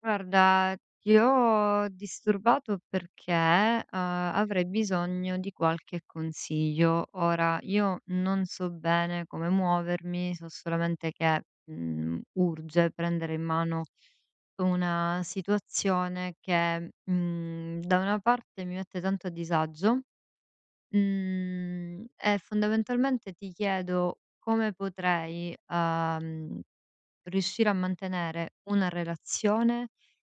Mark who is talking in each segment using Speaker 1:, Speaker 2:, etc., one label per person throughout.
Speaker 1: Guarda, ti ho disturbato perché, avrei bisogno di qualche consiglio. Ora, io non so bene come muovermi, so solamente che, urge prendere in mano una situazione che, da una parte mi mette tanto a disagio, e fondamentalmente ti chiedo come potrei, riuscire a mantenere una relazione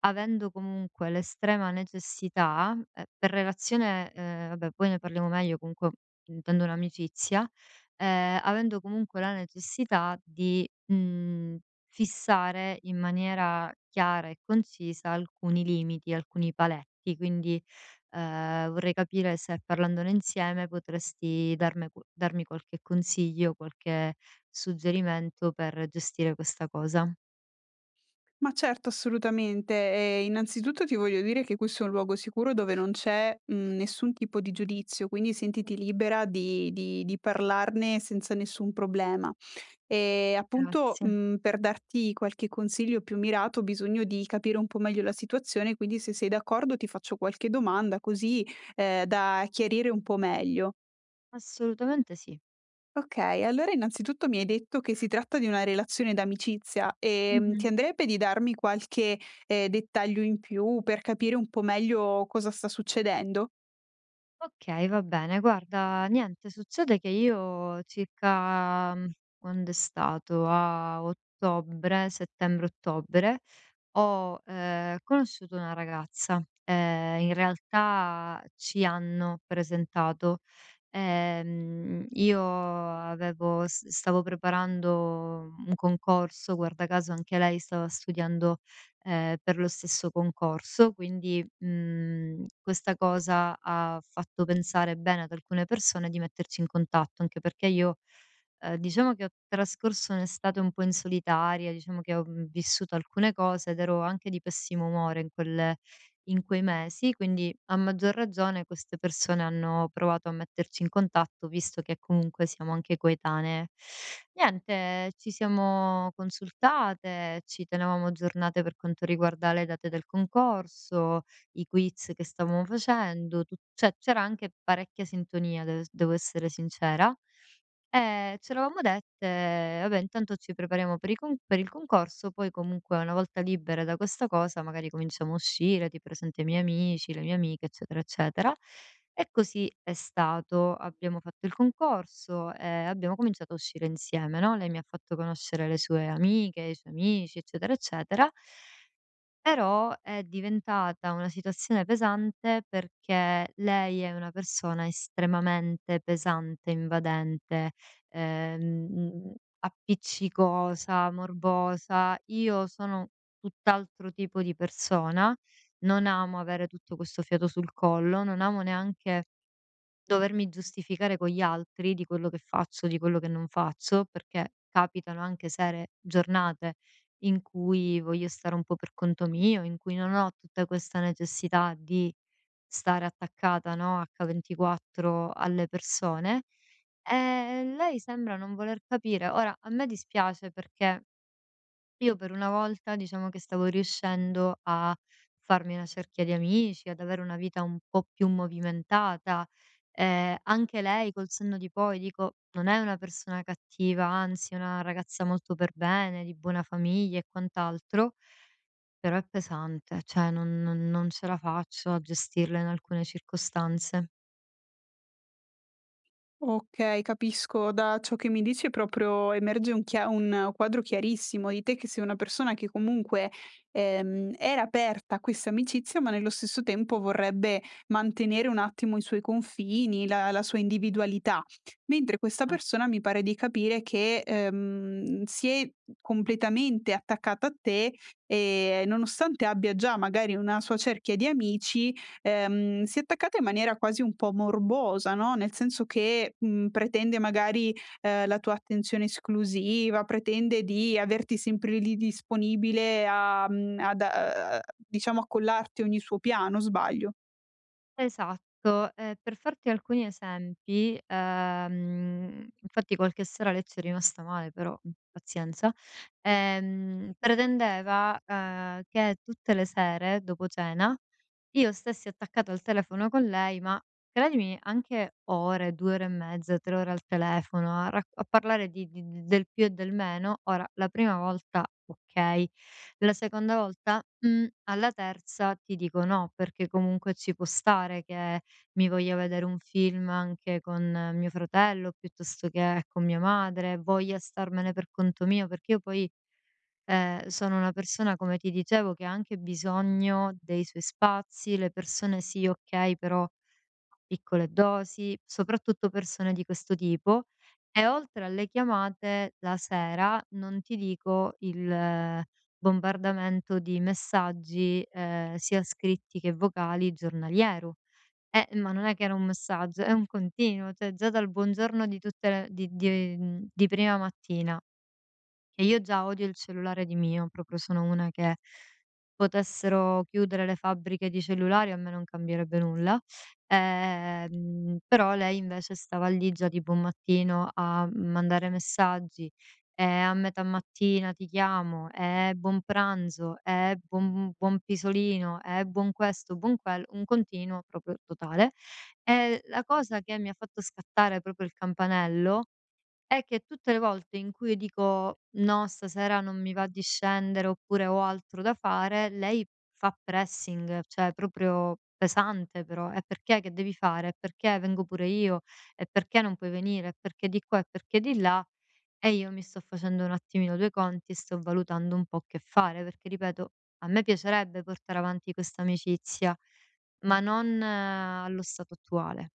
Speaker 1: avendo comunque l'estrema necessità, per relazione, vabbè poi ne parliamo meglio, comunque intendo un'amicizia, avendo comunque la necessità di, fissare in maniera chiara e concisa alcuni limiti, alcuni paletti. Quindi, vorrei capire se parlandone insieme potresti darme qu darmi qualche consiglio, qualche suggerimento per gestire questa cosa.
Speaker 2: Ma certo, assolutamente. E innanzitutto ti voglio dire che questo è un luogo sicuro dove non c'è, mhmm, nessun tipo di giudizio, quindi sentiti libera di parlarne senza nessun problema. Appunto,
Speaker 1: Grazie.
Speaker 2: mhmm, per darti qualche consiglio più mirato ho bisogno di capire un po' meglio la situazione, quindi se sei d'accordo ti faccio qualche domanda così, da chiarire un po' meglio.
Speaker 1: Assolutamente sì.
Speaker 2: Okay, allora innanzitutto mi hai detto che si tratta di una relazione d'amicizia, ti
Speaker 1: Mh-mh.
Speaker 2: andrebbe di darmi qualche, dettaglio in più per capire un po' meglio cosa sta succedendo?
Speaker 1: Okay, va bene. Guarda, niente, succede che io circa, quando è stato? A ottobre, settembre-ottobre, ho, conosciuto una ragazza, in realtà ci hanno presentato. Io avevo s stavo preparando un concorso, guarda caso anche lei stava studiando, per lo stesso concorso, quindi, questa cosa ha fatto pensare bene ad alcune persone di metterci in contatto, anche perché io diciamo che ho trascorso un'estate un po' in solitaria, diciamo che ho, vissuto alcune cose ed ero anche di pessimo umore in quei mesi, quindi a maggior ragione queste persone hanno provato a metterci in contatto, visto che comunque siamo anche coetanee. Niente, ci siamo consultate, ci tenevamo aggiornate per quanto riguarda le date del concorso, i quiz che stavamo facendo, tu cioè c'era anche parecchia sintonia, devo essere sincera. Ce l'avamo dette: "Vabbè, intanto ci prepariamo per i con per il concorso, poi comunque una volta libere da questa cosa magari cominciamo a uscire, ti presento i miei amici, le mie amiche, eccetera, eccetera." E così è stato. Abbiamo fatto il concorso e abbiamo cominciato a uscire insieme, no, lei mi ha fatto conoscere le sue amiche, i suoi amici, eccetera, eccetera. Però è diventata una situazione pesante perché lei è una persona estremamente pesante, invadente, ehm, appiccicosa, morbosa. Io sono tutt'altro tipo di persona, non amo avere tutto questo fiato sul collo, non amo neanche dovermi giustificare con gli altri di quello che faccio, di quello che non faccio, perché capitano anche sere giornate in cui voglio stare un po' per conto mio, in cui non ho tutta questa necessità di stare attaccata, no, H24 alle persone. E lei sembra non voler capire. Ora, a me dispiace perché io per una volta diciamo che stavo riuscendo a farmi una cerchia di amici, ad avere una vita un po' più movimentata. Anche lei col senno di poi, dico, non è una persona cattiva, anzi, è una ragazza molto per bene, di buona famiglia e quant'altro, però è pesante, cioè non ce la faccio a gestirla in alcune circostanze.
Speaker 2: Okay, capisco. Da ciò che mi dici proprio emerge un chia un quadro chiarissimo di te che sei una persona che comunque, era aperta a questa amicizia, ma nello stesso tempo vorrebbe mantenere un attimo i suoi confini, la sua individualità. Mentre questa persona mi pare di capire che, si è completamente attaccata a te e nonostante abbia già magari una sua cerchia di amici, si è attaccata in maniera quasi un po' morbosa, no, nel senso che, mhmm, pretende magari, la tua attenzione esclusiva, pretende di averti sempre lì disponibile a mhmm, ad a diciamo accollarti ogni suo piano, sbaglio?
Speaker 1: Esatto, per farti alcuni esempi, infatti qualche sera a letto è rimasta male però, pazienza, pretendeva, che tutte le sere dopo cena, io stessi attaccata al telefono con lei, ma credimi anche ore, 2 ore e mezza, 3 ore al telefono a rac a parlare di del più e del meno. Ora la prima volta okay, la seconda volta? Mhmm, alla terza ti dico no, perché comunque ci può stare che mi voglia vedere un film anche con mio fratello, piuttosto che con mia madre, voglia starmene per conto mio, perché io poi, sono una persona, come ti dicevo, che ha anche bisogno dei suoi spazi, le persone sì, okay, però piccole dosi, soprattutto persone di questo tipo e oltre alle chiamate la sera, non ti dico il bombardamento di messaggi, sia scritti che vocali giornaliero. Ma non è che era un messaggio, è un continuo, cioè già dal buongiorno di tutte le di mhmm, di prima mattina e io già odio il cellulare di mio, proprio sono una che potessero chiudere le fabbriche di cellulari a me non cambierebbe nulla. Però lei invece stava lì già tipo un mattino a mandare messaggi, e a metà mattina ti chiamo, e buon pranzo, e buon pisolino, e buon questo, buon quello, un continuo proprio totale. E la cosa che mi ha fatto scattare proprio il campanello è che tutte le volte in cui io dico: "No, stasera non mi va di scendere" oppure "Ho altro da fare", lei fa pressing, cioè proprio pesante però: "E perché? Che devi fare? E perché vengo pure io? E perché non puoi venire? E perché di qua? E perché di là?" E io mi sto facendo un attimino due conti e sto valutando un po' che fare, perché ripeto, a me piacerebbe portare avanti questa amicizia, ma non allo stato attuale.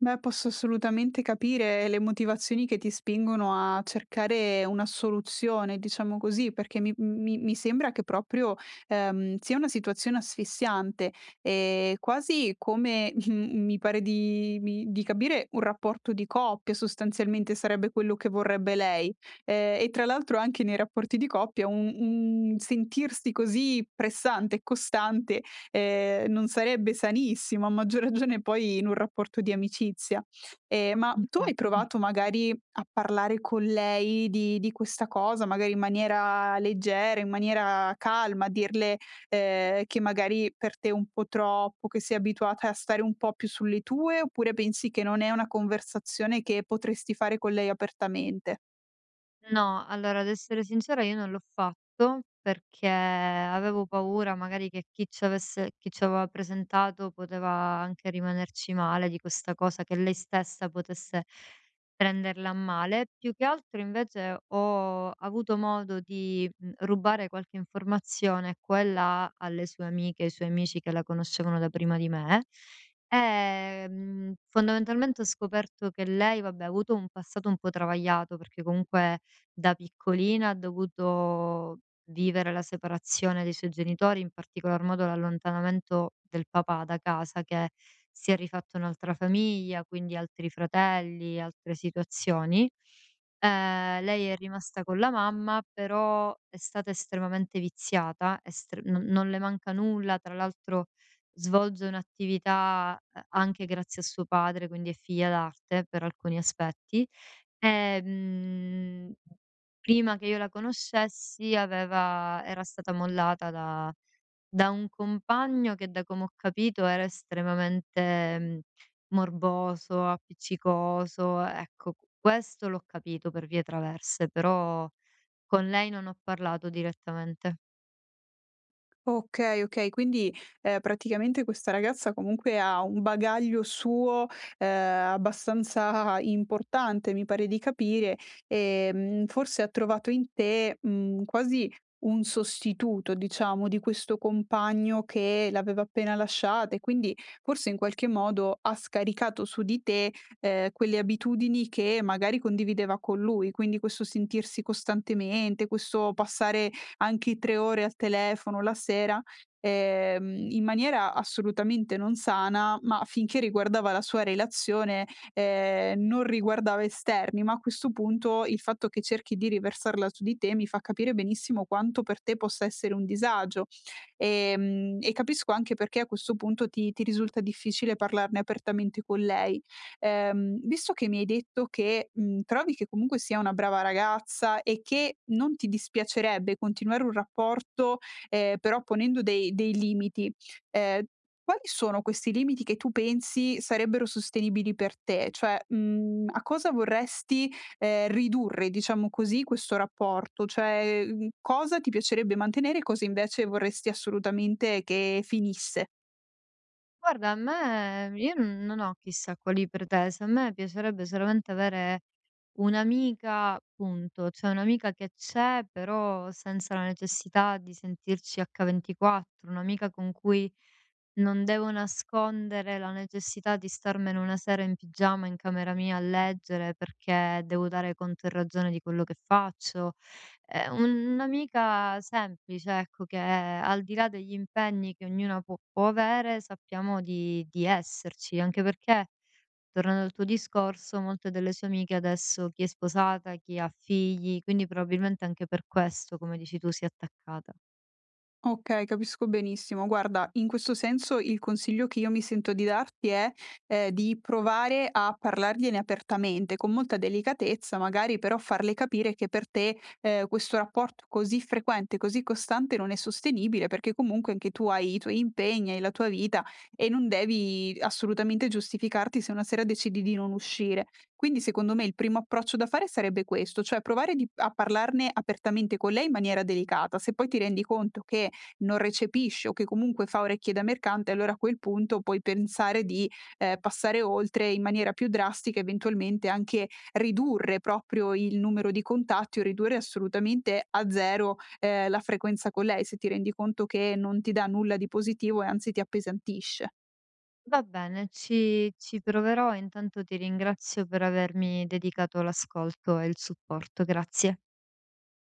Speaker 2: Beh, posso assolutamente capire le motivazioni che ti spingono a cercare una soluzione, diciamo così, perché mi sembra che proprio sia una situazione asfissiante, e quasi come mi pare di, mi- di capire un rapporto di coppia, sostanzialmente sarebbe quello che vorrebbe lei. E tra l'altro anche nei rapporti di un sentirsi così pressante e costante non sarebbe sanissimo, a maggior ragione poi in un rapporto di amicizia. Ma tu hai
Speaker 1: Infatti.
Speaker 2: provato magari a parlare con lei di questa cosa, magari in maniera leggera, in maniera calma, a dirle, che magari per te è un po' troppo, che sei abituata a stare un po' più sulle tue, oppure pensi che non è una conversazione che potresti fare con lei apertamente?
Speaker 1: No, allora ad essere sincera io non l'ho fatto perché avevo paura magari che chi ci aveva presentato poteva anche rimanerci male di questa cosa, che lei stessa potesse prenderla a male. Più che altro invece ho avuto modo di rubare qualche informazione qua e là alle sue amiche, ai suoi amici che la conoscevano da prima di me. E fondamentalmente ho scoperto che lei, vabbè, ha avuto un passato un po' travagliato perché comunque da piccolina ha dovuto vivere la separazione dei suoi genitori, in particolar modo l'allontanamento del papà da casa che si è rifatto un'altra famiglia, quindi altri fratelli, altre situazioni. Lei è rimasta con la mamma, però è stata estremamente viziata, estre non le manca nulla, tra l'altro svolge un'attività, anche grazie a suo padre, quindi è figlia d'arte per alcuni aspetti. Ehm, prima che io la conoscessi aveva era stata mollata da un compagno che da come ho capito era estremamente, morboso, appiccicoso, ecco q questo l'ho capito per vie traverse, però con lei non ho parlato direttamente.
Speaker 2: Okay, okay. Quindi, praticamente questa ragazza comunque ha un bagaglio suo, ehm, abbastanza importante, mi pare di capire, forse ha trovato in te, mhmm, quasi un sostituto, diciamo, di questo compagno che l'aveva appena lasciata e quindi forse in qualche modo ha scaricato su di te, quelle abitudini che magari condivideva con lui. Quindi questo sentirsi costantemente, questo passare anche i 3 ore al telefono la sera, in maniera assolutamente non sana, ma finché riguardava la sua relazione, non riguardava esterni, ma a questo punto il fatto che cerchi di riversarla su di te mi fa capire benissimo quanto per te possa essere un disagio. E capisco anche perché a questo punto ti risulta difficile parlarne apertamente con lei. Visto che mi hai detto che, mhmm, trovi che comunque sia una brava ragazza e che non ti dispiacerebbe continuare un rapporto, però ponendo dei limiti, ehm, quali sono questi limiti che tu pensi sarebbero sostenibili per te? Cioè, mhmm, a cosa vorresti, ridurre, diciamo così, questo rapporto? Cioè, mhmm, cosa ti piacerebbe mantenere e cosa invece vorresti assolutamente che finisse?
Speaker 1: Guarda, a me io n non ho chissà quali pretese, a me piacerebbe solamente avere un'amica, punto. Cioè un'amica che c'è, però senza la necessità di sentirci H24, un'amica con cui non devo nascondere la necessità di starmene una sera in pigiama in camera mia a leggere, perché devo dare conto e ragione di quello che faccio, Ehm, un'amica semplice, ecco, che al di là degli impegni che ognuna può avere, sappiamo di esserci, anche perché, tornando al tuo discorso, molte delle sue amiche adesso chi è sposata, chi ha figli, quindi probabilmente anche per questo, come dici tu, si è attaccata.
Speaker 2: Okay, capisco benissimo. Guarda, in questo senso il consiglio che io mi sento di darti è, di provare a parlargliene apertamente, con molta delicatezza magari, però farle capire che per te, questo rapporto così frequente, così costante non è sostenibile, perché comunque anche tu hai i tuoi impegni, hai la tua vita e non devi assolutamente giustificarti se una sera decidi di non uscire. Quindi secondo me il primo approccio da fare sarebbe questo, cioè provare di a parlarne apertamente con lei in maniera delicata. Se poi ti rendi conto che non recepisce o che comunque fa orecchie da mercante, allora a quel punto puoi pensare di, passare oltre in maniera più drastica, eventualmente anche ridurre proprio il numero di contatti o ridurre assolutamente a 0, la frequenza con lei, se ti rendi conto che non ti dà nulla di positivo e anzi ti appesantisce.
Speaker 1: Va bene, ci proverò, intanto ti ringrazio per avermi dedicato l'ascolto e il supporto, grazie.